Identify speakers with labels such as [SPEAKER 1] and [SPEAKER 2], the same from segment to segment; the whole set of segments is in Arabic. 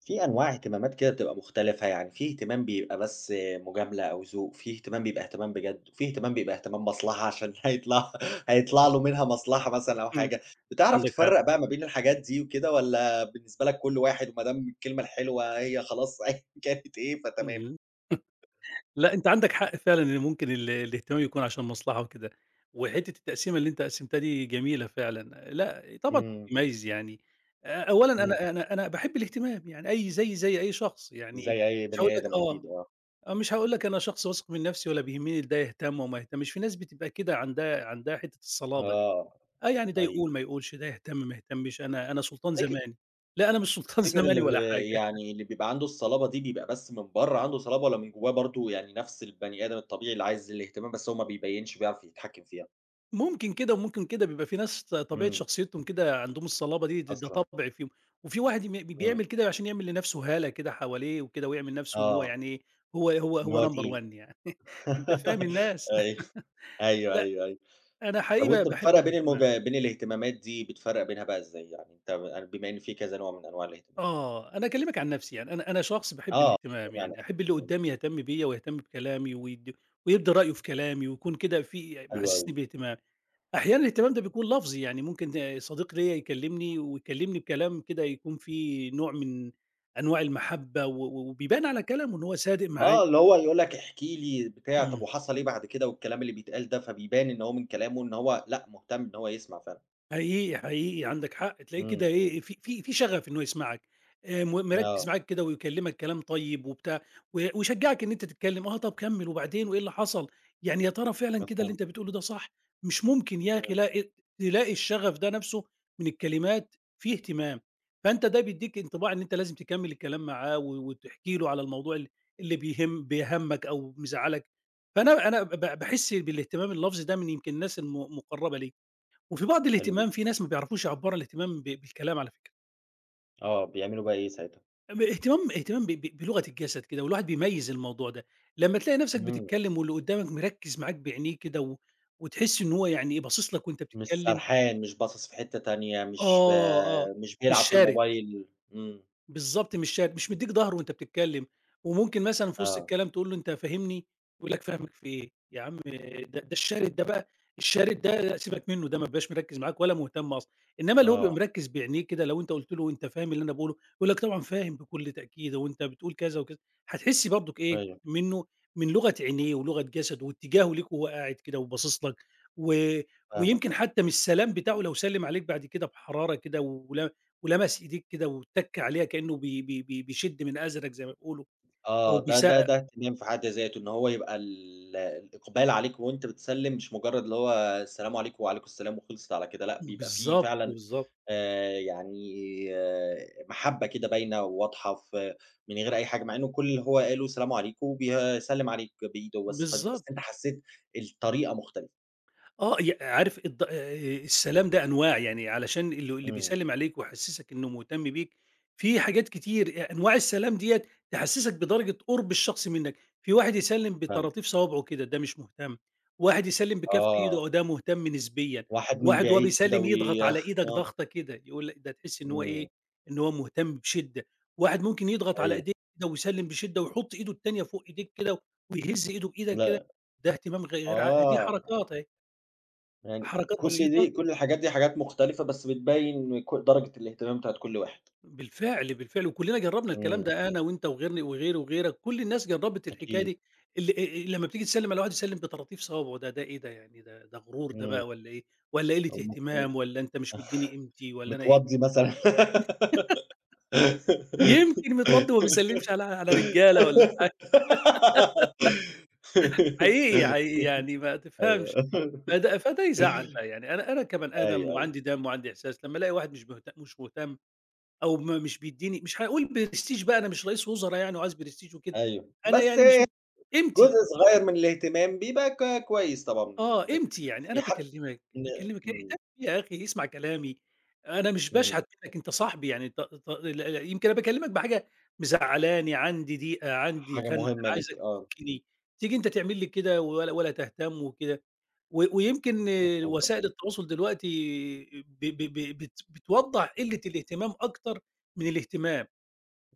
[SPEAKER 1] في أنواع اهتمامات كده بتبقى مختلفة، يعني في اهتمام بيبقى بس مجاملة أو ذوق، في اهتمام بيبقى اهتمام بجد، وفي اهتمام بيبقى اهتمام مصلحة عشان هيطلع له منها مصلحة مثلًا أو
[SPEAKER 2] إمم،
[SPEAKER 1] حاجة، بتعرف
[SPEAKER 2] عندك حق.
[SPEAKER 1] تفرّق بقى ما بين الحاجات دي وكده والّا بالنسبة لك كل واحد وما دام الكلمة الحلوة هي خلاص أيًا كانت إيه فتمام؟
[SPEAKER 2] إمم، لأ، أنت عندك حق فعلًا إن ممكن الاهتمام يكون عشان مصلحة وكده. وحتّة التقسيمة اللي أنت قسمتها دي جميلة فعلًا. لأ، طبعًا
[SPEAKER 1] إمم،
[SPEAKER 2] يميز يعني. أولًا
[SPEAKER 1] إمم،
[SPEAKER 2] أنا باحب الاهتمام يعني، أي زي أي شخص يعني.
[SPEAKER 1] زي أي
[SPEAKER 2] مش هاقول
[SPEAKER 1] بني
[SPEAKER 2] لك
[SPEAKER 1] آدم
[SPEAKER 2] آه.
[SPEAKER 1] أكيد آه،
[SPEAKER 2] آه، مش هاقول لك أنا شخص واثق من نفسي ولا بيهمني ده يهتم وما يهتمش. في ناس بتبقى كده عندها حتّة الصلابة دي.
[SPEAKER 1] آه،
[SPEAKER 2] آه، يعني ده
[SPEAKER 1] أيوه،
[SPEAKER 2] يقول ما يقولش، ده يهتم ما يهتمش، أنا سلطان
[SPEAKER 1] تفتكر
[SPEAKER 2] زماني. لأ، أنا مش سلطان
[SPEAKER 1] تفتكر اللي
[SPEAKER 2] زماني
[SPEAKER 1] ب
[SPEAKER 2] ولا حاجة.
[SPEAKER 1] يعني اللي بيبقى عنده الصلابة دي بيبقى بس من برّه عنده صلابة والّا من جوّاه برضه يعني نفس البني آدم الطبيعي اللي عايز الاهتمام بس هو ما بيبيّنش بيعرف يتحكّم فيها؟
[SPEAKER 2] ممكن كده وممكن كده. بيبقى في ناس طبيعة
[SPEAKER 1] إمم،
[SPEAKER 2] شخصيتهم كده عندهم الصلابة دي، ده
[SPEAKER 1] أصلًا،
[SPEAKER 2] طبع فيهم. وفي واحد
[SPEAKER 1] إمم،
[SPEAKER 2] بيعمل كده عشان يعمل لنفسه هالة كده حواليه وكده، ويعمل نفسه إن هو
[SPEAKER 1] آه،
[SPEAKER 2] يعني إيه، هو هو
[SPEAKER 1] إن
[SPEAKER 2] هو
[SPEAKER 1] هو
[SPEAKER 2] number
[SPEAKER 1] تقيل.
[SPEAKER 2] one يعني. أنت فاهم الناس.
[SPEAKER 1] أيوه، أيوه،
[SPEAKER 2] لأ،
[SPEAKER 1] أيوه، أيوه.
[SPEAKER 2] أنا حقيقي
[SPEAKER 1] طَب وأنت
[SPEAKER 2] باحب
[SPEAKER 1] بتفرّق
[SPEAKER 2] الاهتمام.
[SPEAKER 1] بين الاهتمامات دي بتفرّق بينها بقى إزاي؟ يعني أنت بما إن في كذا نوع من أنواع الاهتمام.
[SPEAKER 2] آه، أنا أكلمك عن نفسي يعني. أنا شخص باحب
[SPEAKER 1] آه،
[SPEAKER 2] الاهتمام يعني. أحب اللي
[SPEAKER 1] إمم،
[SPEAKER 2] قدامي يهتم بيّا ويهتم بكلامي ويبدي رأيه في كلامي ويكون كده في
[SPEAKER 1] حلو أوي.
[SPEAKER 2] محسسني باهتمام. أحيانًا الاهتمام ده بيكون لفظي، يعني ممكن صديق ليّا يكلمني ويكلمني بكلام كده يكون فيه نوع من أنواع المحبة و و وبيبان على كلامه إن هو صادق معايا.
[SPEAKER 1] آه، اللي هو يقول لك احكِ لي بتاع، طب وحصل إيه بعد كده والكلام اللي بيتقال ده، فبيبان إن هو من كلامه إن هو لأ، مهتم إن هو يسمع فعلًا.
[SPEAKER 2] حقيقي، حقيقي عندك حق. تلاقيه كده
[SPEAKER 1] إمم،
[SPEAKER 2] إيه، في شغف إنه يسمعك. مركّز
[SPEAKER 1] آه،
[SPEAKER 2] معاك كده ويكلمك كلام طيب وبتاع. ويشجعك إن أنت تتكلم. آه، طب كمّل وبعدين وإيه اللي حصل؟ يعني يا ترى فعلًا كده اللي
[SPEAKER 1] مفهوم،
[SPEAKER 2] أنت بتقوله ده صح؟ مش ممكن يا أخي
[SPEAKER 1] إمم،
[SPEAKER 2] لا تلاقي الشغف ده نفسه من الكلمات فيه اهتمام. فأنت ده بيدّيك انطباع إن أنت لازم تكمّل الكلام معاه وتحكي له على الموضوع اللي بيهمك أو مزعّلك. فأنا أنا ب باحس بالاهتمام اللفظي ده من يمكن الناس مقرّبة ليك. وفي بعض
[SPEAKER 1] حلو
[SPEAKER 2] الاهتمام
[SPEAKER 1] جدًا،
[SPEAKER 2] في ناس ما بيعرفوش يعبّروا عن الاهتمام بالكلام على فكرة.
[SPEAKER 1] آه، بيعملوا بقى إيه ساعتها؟
[SPEAKER 2] ب اهتمام اهتمام ب ب بلغة الجسد كده، والواحد بيميّز الموضوع ده. لمّا تلاقي نفْسك
[SPEAKER 1] إمم،
[SPEAKER 2] بتتكلّم واللي قدّامك مركّز معاك بعينيه كده وتحس إن هو يعني إيه، باصص لك وأنت
[SPEAKER 1] مش
[SPEAKER 2] بتتكلّم.
[SPEAKER 1] سرحان، مش باصص في حتة تانية،
[SPEAKER 2] آه، آه،
[SPEAKER 1] مش بيلعب
[SPEAKER 2] مش
[SPEAKER 1] في
[SPEAKER 2] شارد.
[SPEAKER 1] الموبايل، إمم،
[SPEAKER 2] بالضبط مش شات، مش مدّيك ضهره وأنت بتتكلّم. وممكن مثلًا في وسط
[SPEAKER 1] آه،
[SPEAKER 2] الكلام تقول له: "أنت فاهمني؟" يقول لك: "فاهمك في إيه؟ يا عم ده الشارد ده بقى، الشارد ده لا، سيبك منّه، ده ما بيبقاش مركّز معاك ولا مهتم أصلًا." إنّما اللي هو بيبقى
[SPEAKER 1] آه،
[SPEAKER 2] مركّز بعينيه كده لو أنت قُلت له: "أنت فاهم اللي أنا باقوله؟" يقول لك: "طبعًا فاهم بكل تأكيد، هو أنت بتقول كذا وكذا." هتحس برضُك إيه،
[SPEAKER 1] أيوه،
[SPEAKER 2] منّه، من لغة عينيه ولغة جسده واتجاهه ليك وهو قاعد كده وباصص لك. و
[SPEAKER 1] فاهمك
[SPEAKER 2] ويمكن
[SPEAKER 1] آه،
[SPEAKER 2] حتّى من السلام بتاعه لو سلِّم عليك بعد كده بحرارة كده ولمسة ولمس إيديك كده واتّك عليها كإنه بي بي بي بيشِد من أزرك زي ما بيقولوا، أو
[SPEAKER 1] آه، ده ده ده اهتمام في حد ذاته، إن هو يبقى الإقبال عليك وأنت بتسلِّم مش مجرد اللي هو السلام عليكم وعليكم السلام وخلصت على كده، لأ، بيبقى في
[SPEAKER 2] بالضبط،
[SPEAKER 1] فعلًا يعني آه، محبة كده باينة وواضحة في من غير أي حاجة، مع إنه كل اللي هو قاله سلام عليكم وبيسلم عليك بإيده بس، فأنت بس
[SPEAKER 2] بالضبط.
[SPEAKER 1] أنت حسيت الطريقة مختلفة.
[SPEAKER 2] آه، عارف الض السلام ده أنواع، يعني علشان اللي
[SPEAKER 1] إمم،
[SPEAKER 2] بيسلِّم عليك ويحسّسك إنه مهتم بيك، في حاجات كتير أنواع السلام ديّة تحسّسك بدرجة قُرب الشخص منّك. في واحد يسلِّم
[SPEAKER 1] فاهمك.
[SPEAKER 2] بطراطيف صوابعه كده، ده مش مهتم. واحد يسلِّم بكَف إيده،
[SPEAKER 1] آه،
[SPEAKER 2] آه، ده مهتم نسبيًا.
[SPEAKER 1] واحد من
[SPEAKER 2] واحد وهو
[SPEAKER 1] بعيد كده
[SPEAKER 2] بيسلِّم يضغط
[SPEAKER 1] وي
[SPEAKER 2] على إيدك
[SPEAKER 1] آه.
[SPEAKER 2] ضغطة كده، يقول لك ده تحس إن هو إيه،
[SPEAKER 1] إمم،
[SPEAKER 2] إن هو مهتم بشِدّة. واحد ممكن يضغط على
[SPEAKER 1] أيوه.
[SPEAKER 2] إيديك كده ويسلِّم بشِدّة ويحُط إيده التانية فوق إيديك كده ويهِز إيده بإيدك كده.
[SPEAKER 1] لأ،
[SPEAKER 2] ده اهتمام غير دي
[SPEAKER 1] آه،
[SPEAKER 2] حركات أهي.
[SPEAKER 1] يعني
[SPEAKER 2] حركات
[SPEAKER 1] كل
[SPEAKER 2] بسيطة.
[SPEAKER 1] دي كل الحاجات دي حاجات مختلفة بس بتبين ك درجة الاهتمام بتاعة كل واحد.
[SPEAKER 2] بالفعل، بالفعل. وكلّنا جرّبنا الكلام
[SPEAKER 1] إمم،
[SPEAKER 2] ده أنا وأنت وغيرني وغيري وغيرك، كل الناس جرّبت الحكاية
[SPEAKER 1] أكيد،
[SPEAKER 2] دي. ال لمّا بتيجي تسلّم على واحد يسلّم بطراطيف صوابعه، ده إيه ده يعني، ده غرور ده
[SPEAKER 1] إمم.
[SPEAKER 2] بقى والّا إيه، والّا قِلّة
[SPEAKER 1] أو ممكن
[SPEAKER 2] اهتمام، والّا أنت مش مدّيني قيمتي، والّا أنا إيه؟
[SPEAKER 1] متوضي مثلًا.
[SPEAKER 2] يمكن متوضي وما بيسلّمش على على رجالة والّا حقيقي، حقيقي يعني ما تفهمش.
[SPEAKER 1] أيوه.
[SPEAKER 2] فده يزعّل بقى، يعني أنا كبني آدم
[SPEAKER 1] أيوه، أيوه،
[SPEAKER 2] وعندي دم وعندي إحساس. لمّا ألاقي واحد مش مهتم، أو ما مش بيدّيني، مش هاقول prestige بقى، أنا مش رئيس وزرا يعني وعايز prestige وكده.
[SPEAKER 1] أيوه.
[SPEAKER 2] أنا
[SPEAKER 1] بس
[SPEAKER 2] يعني مش م
[SPEAKER 1] جزء
[SPEAKER 2] قيمتي،
[SPEAKER 1] صغير من الاهتمام بيبقى كويس طبعًا
[SPEAKER 2] آه
[SPEAKER 1] إن أنت
[SPEAKER 2] قيمتي.
[SPEAKER 1] تبقى حاسس
[SPEAKER 2] يعني أنا
[SPEAKER 1] بيه حتى
[SPEAKER 2] باكلّمك،
[SPEAKER 1] إن
[SPEAKER 2] باكلّمك
[SPEAKER 1] إمم،
[SPEAKER 2] يا أخي اسمع كلامي. أنا مش
[SPEAKER 1] إمم.
[SPEAKER 2] باشحت منّك، أنت صاحبي يعني، ط ط ل ل يمكن أنا باكلّمك بحاجة مزعّلاني، عندي ضيقة، عندي
[SPEAKER 1] حاجة
[SPEAKER 2] خنقة،
[SPEAKER 1] مهمة ليك
[SPEAKER 2] عايزك
[SPEAKER 1] آه،
[SPEAKER 2] تفُكّني. تيجي أنت تعمل لي كده ولا تهتم وكده. و ويمكن آه،
[SPEAKER 1] مفهوم طبعًا.
[SPEAKER 2] وسائل التواصل دلوقتي ب ب ب بت بتوضّح قِلّة الاهتمام أكتر من الاهتمام.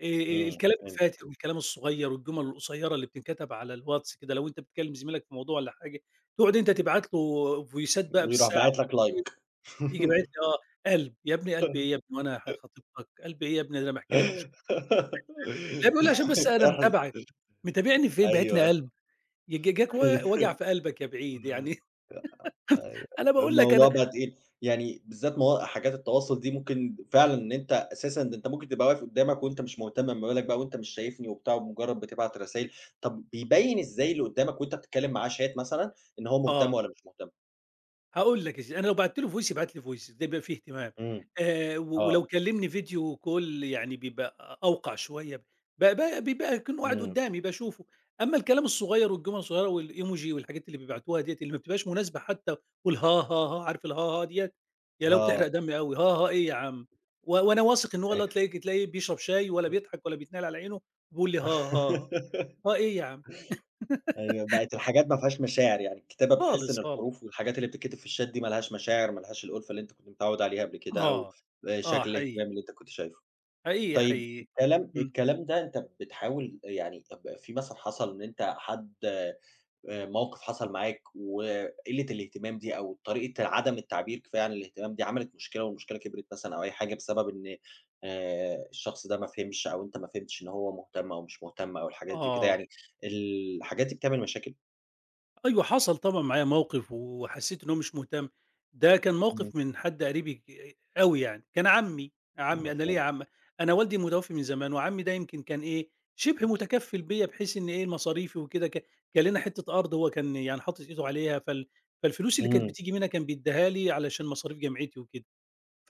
[SPEAKER 1] إمم،
[SPEAKER 2] الكلام
[SPEAKER 1] فهمت.
[SPEAKER 2] الفاتر والكلام الصغير والجُمل القصيّرة اللي بتنكتب على الواتس كده، لو أنت بتكلم زميلك في موضوع والّا حاجة، تقعد أنت تبعت له فويسات بقى
[SPEAKER 1] ويروح
[SPEAKER 2] بالساعة،
[SPEAKER 1] باعت لك like.
[SPEAKER 2] ييجي باعت لي آه، قلب. يا ابني قلب إيه يا ابني وأنا خطيبتك، قلب إيه يا ابني ده أنا باحكي لك مش، لا، بيقول لي عشان بس أنا
[SPEAKER 1] احس
[SPEAKER 2] متابعك. متابعني فين باعت لي
[SPEAKER 1] أيوه.
[SPEAKER 2] قلب؟ ي ج جاك و وجع في قلبك يا بعيد يعني.
[SPEAKER 1] أيوه،
[SPEAKER 2] أنا باقول لك أنا
[SPEAKER 1] الموضوع بقى تقيل، يعني بالذات موا حاجات التواصل دي ممكن فعلًا إن أنت أساسًا ده أنت ممكن تبقى واقف قدّامك وأنت مش مهتم، ما بالك بقى وأنت مش شايفني وبتاع ومجرد بتبعت رسايل، طب بيبين إزاي اللي قدّامك وأنت بتتكلم معاه chat مثلًا إن هو مهتم
[SPEAKER 2] آه.
[SPEAKER 1] والّا مش مهتم؟
[SPEAKER 2] هاقول لك يا سيدي، أنا لو بعت له voice يبعت لي voice ده بيبقى فيه اهتمام.
[SPEAKER 1] إمم،
[SPEAKER 2] و ولو
[SPEAKER 1] آه،
[SPEAKER 2] كلمني فيديو call يعني بيبقى أوقع شوية. ب ب بيبقى أكنه قاعد
[SPEAKER 1] إمم،
[SPEAKER 2] قدامي باشوفه. أمّا الكلام الصغير والجمل الصغيرة والemoji والحاجات اللي بيبعتوها ديّة اللي ما بتبقاش مناسبة حتى، والها، ها، ها، عارف الها، ها ديّة، يا لو بتحرق
[SPEAKER 1] آه،
[SPEAKER 2] دمي أوي، ها، ها إيه يا عم؟ وأنا واثق إن هو اللي هو
[SPEAKER 1] أيوه
[SPEAKER 2] تلاقيك تلاقيه بيشرب شاي ولا بيضحك ولا بيتنال على عينه وبيقول لي ها، ها، ها آه، إيه يا عم؟
[SPEAKER 1] أيوه، بقت الحاجات ما فيهاش مشاعر يعني، الكتابة بتحس
[SPEAKER 2] خالص،
[SPEAKER 1] إن
[SPEAKER 2] خالص،
[SPEAKER 1] الحروف والحاجات اللي بتتكتب في الchat دي ما لهاش مشاعر، ما لهاش الألفة اللي أنت كنت متعود عليها قبل كده أو
[SPEAKER 2] آه، آه
[SPEAKER 1] شكل
[SPEAKER 2] حقيقي،
[SPEAKER 1] الاهتمام اللي أنت كنت شايفه.
[SPEAKER 2] حقيقي،
[SPEAKER 1] طيب
[SPEAKER 2] حقيقي.
[SPEAKER 1] الكلام
[SPEAKER 2] إمم.
[SPEAKER 1] الكلام ده أنت بتحاول يعني في مثلًا حصل إن أنت حد موقف حصل معاك وقِلّة الاهتمام دي أو طريقة عدم التعبير كفاية عن الاهتمام دي عملت مشكلة والمشكلة كبرت مثلًا أو أي حاجة بسبب إن الشخص ده ما فهمش أو أنت ما فهمتش إن هو مهتم أو مش مهتم أو الحاجات دي وكده
[SPEAKER 2] آه،
[SPEAKER 1] يعني، الحاجات دي بتعمل مشاكل؟
[SPEAKER 2] أيوه حصل طبعًا معايا موقف وحسّيت إن هو مش مهتم. ده كان
[SPEAKER 1] إمم،
[SPEAKER 2] موقف من حد قريبي أوي يعني، كان عمّي. عمّي أنا ليّا
[SPEAKER 1] مفهوم،
[SPEAKER 2] عم، أنا والدي متوفي من زمان، وعمّي ده يمكن كان إيه، شبه متكفّل بيّا بحيث إن إيه مصاريفي وكده كان لنا حتّة أرض هو كان يعني حاطط إيده عليها، فالفلوس اللي كانت
[SPEAKER 1] إمم،
[SPEAKER 2] بتيجي منها كان بيدّيها لي علشان مصاريف جامعتي وكده.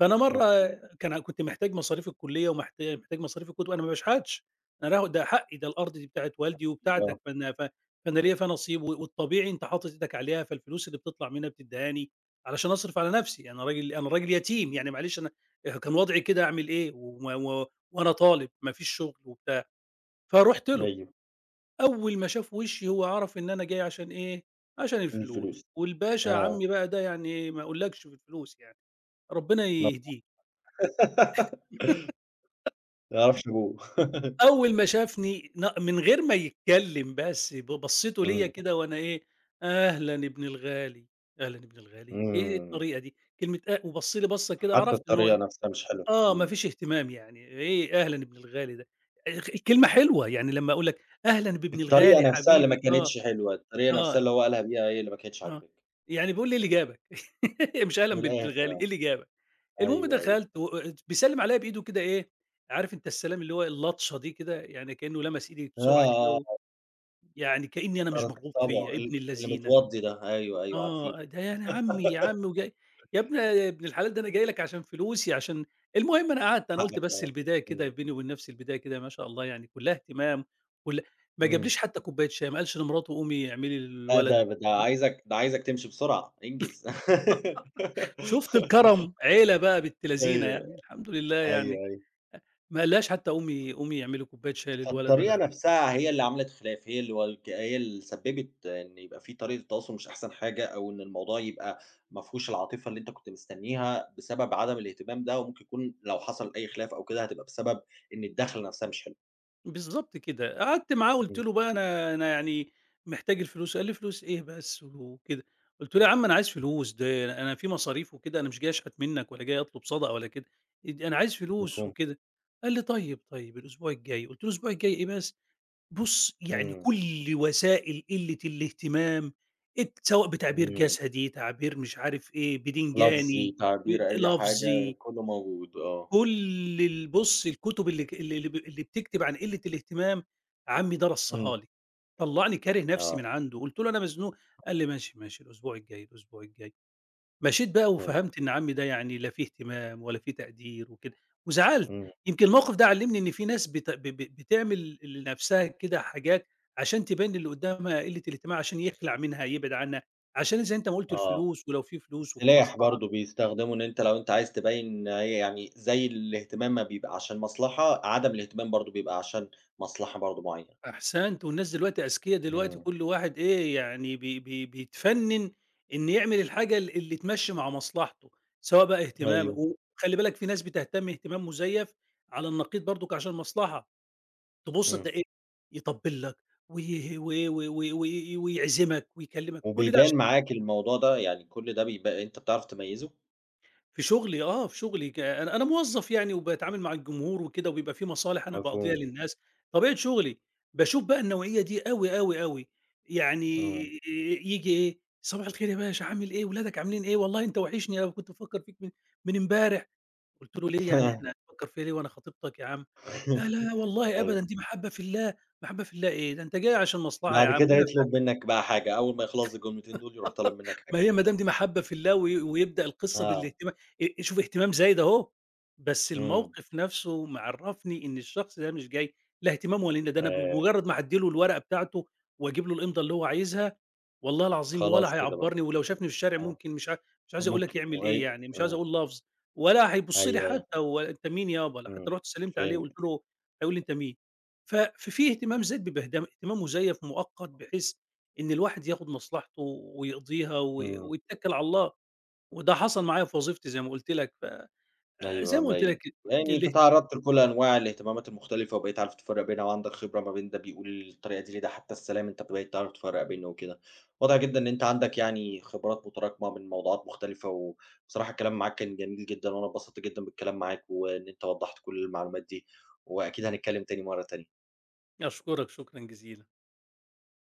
[SPEAKER 2] فأنا مرّة
[SPEAKER 1] مفهوم،
[SPEAKER 2] كنت محتاج مصاريف الكلية محتاج مصاريف الكُتب. أنا ما باشحتش، أنا هاخد ده حقي، ده الأرض دي بتاعة والدي وبتاعتك.
[SPEAKER 1] آه،
[SPEAKER 2] فأنا ليّا فيها نصيب، و والطبيعي أنت حاطط إيدك عليها، فالفلوس اللي بتطلع منها بتدّيهاني علشان أصرف على نفسي. أنا راجل يتيم، يعني معلش أنا كان وضعي كده أعمل إيه؟ و و وأنا طالب ما فيش شغل وبتاع. فرُحت له.
[SPEAKER 1] أيوه،
[SPEAKER 2] أول ما شاف وشّي هو عرف إن أنا جاي عشان إيه، عشان الفلوس.
[SPEAKER 1] الفلوس،
[SPEAKER 2] والباشا
[SPEAKER 1] آه،
[SPEAKER 2] عمي بقى ده يعني إيه، ما أقولكش في الفلوس يعني. ربنا
[SPEAKER 1] ما
[SPEAKER 2] يهديه.
[SPEAKER 1] تعرفش أبوه.
[SPEAKER 2] أول ما شافني من غير ما يتكلم بس بصّيته ليّا
[SPEAKER 1] إمم.
[SPEAKER 2] كده وأنا إيه، أهلًا ابن الغالي، أهلًا ابن الغالي. إيه
[SPEAKER 1] إمم،
[SPEAKER 2] الطريقة دي؟ كلمة وبَص لي بَصّة كده
[SPEAKER 1] حتى
[SPEAKER 2] عرفت إن
[SPEAKER 1] الطريقة
[SPEAKER 2] هو
[SPEAKER 1] نفسها مش حلوة،
[SPEAKER 2] آه، ما
[SPEAKER 1] إمم،
[SPEAKER 2] فيش اهتمام يعني. إيه أهلًا ابن الغالي ده؟ الكلمة حلوة، يعني لمّا أقول لك أهلًا بابن
[SPEAKER 1] الطريقة
[SPEAKER 2] الغالي
[SPEAKER 1] نفسها اللي ما
[SPEAKER 2] حبيبي، آه،
[SPEAKER 1] كانتش حلوة، الطريقة نفسها
[SPEAKER 2] آه،
[SPEAKER 1] اللي هو قالها بيها هي اللي ما كانتش
[SPEAKER 2] آه،
[SPEAKER 1] عاجباك،
[SPEAKER 2] يعني بيقول لي إيه اللي جابك؟ مش أهلًا
[SPEAKER 1] من
[SPEAKER 2] بابن
[SPEAKER 1] الآخر
[SPEAKER 2] الغالي،
[SPEAKER 1] يعني،
[SPEAKER 2] إيه اللي جابك؟ المهم
[SPEAKER 1] أيوه، أيوه،
[SPEAKER 2] دخلت و ات بيسلم عليّا بإيده كده إيه، عارف أنت السلام اللي هو اللطشة دي كده، يعني كأنه لمس إيدي
[SPEAKER 1] آه،
[SPEAKER 2] بسرعة
[SPEAKER 1] آه،
[SPEAKER 2] كده، يعني كإني أنا مش
[SPEAKER 1] طراطيف
[SPEAKER 2] مرغوب فيّا،
[SPEAKER 1] طبق
[SPEAKER 2] يا ابن
[SPEAKER 1] اللي
[SPEAKER 2] اللذينة.
[SPEAKER 1] متوضّي ده، أيوه، أيوه عارفينه،
[SPEAKER 2] آه، ده يعني عمي يا عمي وجاي، يا ابن الحلال، ده أنا جاي لك عشان فلوسي عشان، المهم أنا قعدت، أنا قُلت
[SPEAKER 1] حقك
[SPEAKER 2] بس
[SPEAKER 1] آه،
[SPEAKER 2] البداية كده
[SPEAKER 1] إمم،
[SPEAKER 2] بيني وبين نفسي، البداية كده ما شاء الله يعني كلّها اهتمام. كل ما
[SPEAKER 1] إمم،
[SPEAKER 2] جابليش حتى كوباية شاي، ما قالش لمراته قومي اعملي
[SPEAKER 1] لأ
[SPEAKER 2] للولد.
[SPEAKER 1] ده ده عايزك ده عايزك تمشي بسرعة، انجز.
[SPEAKER 2] شُفت الكرم، عيلة بقى بنت لذينة يعني
[SPEAKER 1] أيوه،
[SPEAKER 2] الحمد لله يعني.
[SPEAKER 1] أيوه، أيوه.
[SPEAKER 2] أ ما قالهاش حتى قومي اعملي كوباية شاي للولد ولا
[SPEAKER 1] فالطريقة
[SPEAKER 2] حاجة.
[SPEAKER 1] نفسها هي اللي عملت خلاف، هي اللي سبّبت إن يبقى في طريقة التواصل مش أحسن حاجة، أو إن الموضوع يبقى ما فيهوش العاطفة اللي أنت كنت مستنيها، بسبب عدم الاهتمام ده، وممكن يكون لو حصل أي خلاف أو كده هتبقى بسبب إن الدخلة نفسها مش حلوة.
[SPEAKER 2] بالضبط كده. قعدت معاه وقُلت
[SPEAKER 1] إمم،
[SPEAKER 2] له بقى أنا يعني محتاج الفلوس. قال لي: "فلوس إيه بس وكده؟" قُلت له: "يا عم أنا عايز فلوس، ده أنا في مصاريف وكده، أنا مش جاي أشحت منك ولا جاي أطلب صدقة ولا كده، أنا عايز فلوس
[SPEAKER 1] مفهوم،
[SPEAKER 2] وكده." قال لي: "طيب، طيب الأسبوع الجاي." قُلت له: "الأسبوع الجاي إيه بس؟" بُص، يعني
[SPEAKER 1] إمم،
[SPEAKER 2] كل وسائل قلة الاهتمام سواء بتعبير
[SPEAKER 1] إمم،
[SPEAKER 2] جسدي، تعبير مش عارف إيه،
[SPEAKER 1] لفظي،
[SPEAKER 2] بدنجاني،
[SPEAKER 1] تعبير، أي حاجة
[SPEAKER 2] لفظي،
[SPEAKER 1] كلّه موجود، آه،
[SPEAKER 2] كل بُص الكتب اللي ك اللي اللي ب اللي بتكتب عن قلة الاهتمام، عمي ده رصّاها
[SPEAKER 1] إمم،
[SPEAKER 2] لي. طلّعني كاره نفسي
[SPEAKER 1] آه،
[SPEAKER 2] من عنده. قُلت له: "أنا مزنوق." قال لي: "ماشي، ماشي، الأسبوع الجاي، الأسبوع الجاي." مشيت بقى
[SPEAKER 1] فهمت،
[SPEAKER 2] وفهمت إن عمي ده يعني لا فيه اهتمام ولا فيه تقدير وكده، وزعلت.
[SPEAKER 1] إمم،
[SPEAKER 2] يمكن الموقف ده علّمني إن في ناس بت ب ب بتعمل لنفسها كده حاجات عشان تبان للي قدّامها قلة الاهتمام، عشان يخلع منها، يبعد عنها، عشان زي أنت ما قُلت
[SPEAKER 1] آه.
[SPEAKER 2] الفلوس، ولو في فلوس وفي
[SPEAKER 1] السلاح
[SPEAKER 2] مصلحة.
[SPEAKER 1] برضه بيستخدمه إن أنت لو عايز تبيّن هي يعني زي الاهتمام ما بيبقى عشان مصلحة، عدم الاهتمام برضه بيبقى عشان مصلحة برضه معيّنة.
[SPEAKER 2] أحسنت. والناس دلوقتي أذكيا، دلوقتي
[SPEAKER 1] إمم،
[SPEAKER 2] كل واحد إيه، يعني بي بي بيتفنّن إن يعمل الحاجة اللي تمشّي مع مصلحته، سواء بقى اهتمامه.
[SPEAKER 1] أيوه،
[SPEAKER 2] وخلّي بالك في ناس بتهتم اهتمام مزيف على النقيض برضُك عشان مصلحة. تبُص
[SPEAKER 1] إمم.
[SPEAKER 2] تلاقيه يطبّل لك وي و و و وي ويعزمك ويكلّمك، كل ده
[SPEAKER 1] وبيبان
[SPEAKER 2] عشان،
[SPEAKER 1] معاك الموضوع ده، يعني كل ده بيبا أنت بتعرف تميّزه؟
[SPEAKER 2] في شغلي آه، في شغلي أنا موظّف يعني وباتعامل مع الجمهور وكده، وبيبقى في مصالح أنا باقضيها
[SPEAKER 1] مفهوم،
[SPEAKER 2] للناس، طبيعة شغلي. باشوف بقى النوعية دي أوي، أوي، أوي. يعني
[SPEAKER 1] إمم.
[SPEAKER 2] ييجي إيه: "صباح الخير يا باشا عامل إيه، ولادك عاملين إيه، والله أنت وحشني أوي كنت بافكّر فيك من امبارح." قُلت له: "ليه يعني إحنا هتفكّر فيّا ليه وأنا خطيبتك يا عم؟" إمم. لا، والله أبدًا
[SPEAKER 1] أيوه.
[SPEAKER 2] دي محبة في الله." محبة في الله إيه، ده أنت جاي عشان مصلحة يا
[SPEAKER 1] بعد
[SPEAKER 2] عم.
[SPEAKER 1] كده
[SPEAKER 2] وأنا،
[SPEAKER 1] يطلب منّك بقى حاجة، أول ما يخلص الجملتين دول يروح طالب منّك
[SPEAKER 2] ما
[SPEAKER 1] حاجة.
[SPEAKER 2] هي ما دام دي محبة في الله ويبدأ القصة
[SPEAKER 1] آه،
[SPEAKER 2] بالاهتما أ شوف اهتمام زايد أهو. بس
[SPEAKER 1] إمم،
[SPEAKER 2] الموقف نفسه معرّفني إن الشخص ده مش جاي لا اهتمام ولا، إن ده أنا
[SPEAKER 1] آآ
[SPEAKER 2] بمجرد ما أعدّي له الورقة بتاعته وأجيب له الإمضة اللي هو عايزها، والله العظيم ولا
[SPEAKER 1] خلاص كده بقى.
[SPEAKER 2] هيعبّرني. ولو شافني في الشارع
[SPEAKER 1] آه،
[SPEAKER 2] ممكن مش عايز أقول لك
[SPEAKER 1] ممكن
[SPEAKER 2] يعمل إيه
[SPEAKER 1] وأي
[SPEAKER 2] يعني، مش عايز
[SPEAKER 1] آه،
[SPEAKER 2] أقول لفظ، ولا هيبُص لي
[SPEAKER 1] أيوه، أيوه،
[SPEAKER 2] حتى، هو أنت مين يابا؟ لو حتى
[SPEAKER 1] إمم،
[SPEAKER 2] رُحت سلمت عليه
[SPEAKER 1] فهمت،
[SPEAKER 2] وقلت له، هيقول لي أنت مين. ف ففي اهتمام زايد بيبقى اهتمام مزيف مؤقت، بحيث إن الواحد ياخد مصلحته ويقضيها
[SPEAKER 1] إمم.
[SPEAKER 2] ويتّكل على الله. وده حصل معايا في وظيفتي زي ما قُلت لك. ف زي
[SPEAKER 1] أيوه
[SPEAKER 2] ما قُلت لك
[SPEAKER 1] باين. يعني أنت
[SPEAKER 2] اله
[SPEAKER 1] تعرّضت لكل أنواع الاهتمامات المختلفة وبقيت عارف تفرّق بينها وعندك خبرة ما بين ده بيقول الطريقة دي لده، حتى السلام أنت بقيت تعرف تفرّق بينه وكده. واضح جدًا إن أنت عندك يعني خبرات متراكمة من موضوعات مختلفة، وبصراحة الكلام معاك كان جميل جدًا، وأنا اتبسطت جدًا بالكلام معاك، وإن أنت وضّحت كل المعلومات دي، وأكيد هنتكلّم تاني مرّة تانية.
[SPEAKER 2] أشكرك شكرًا جزيلًا.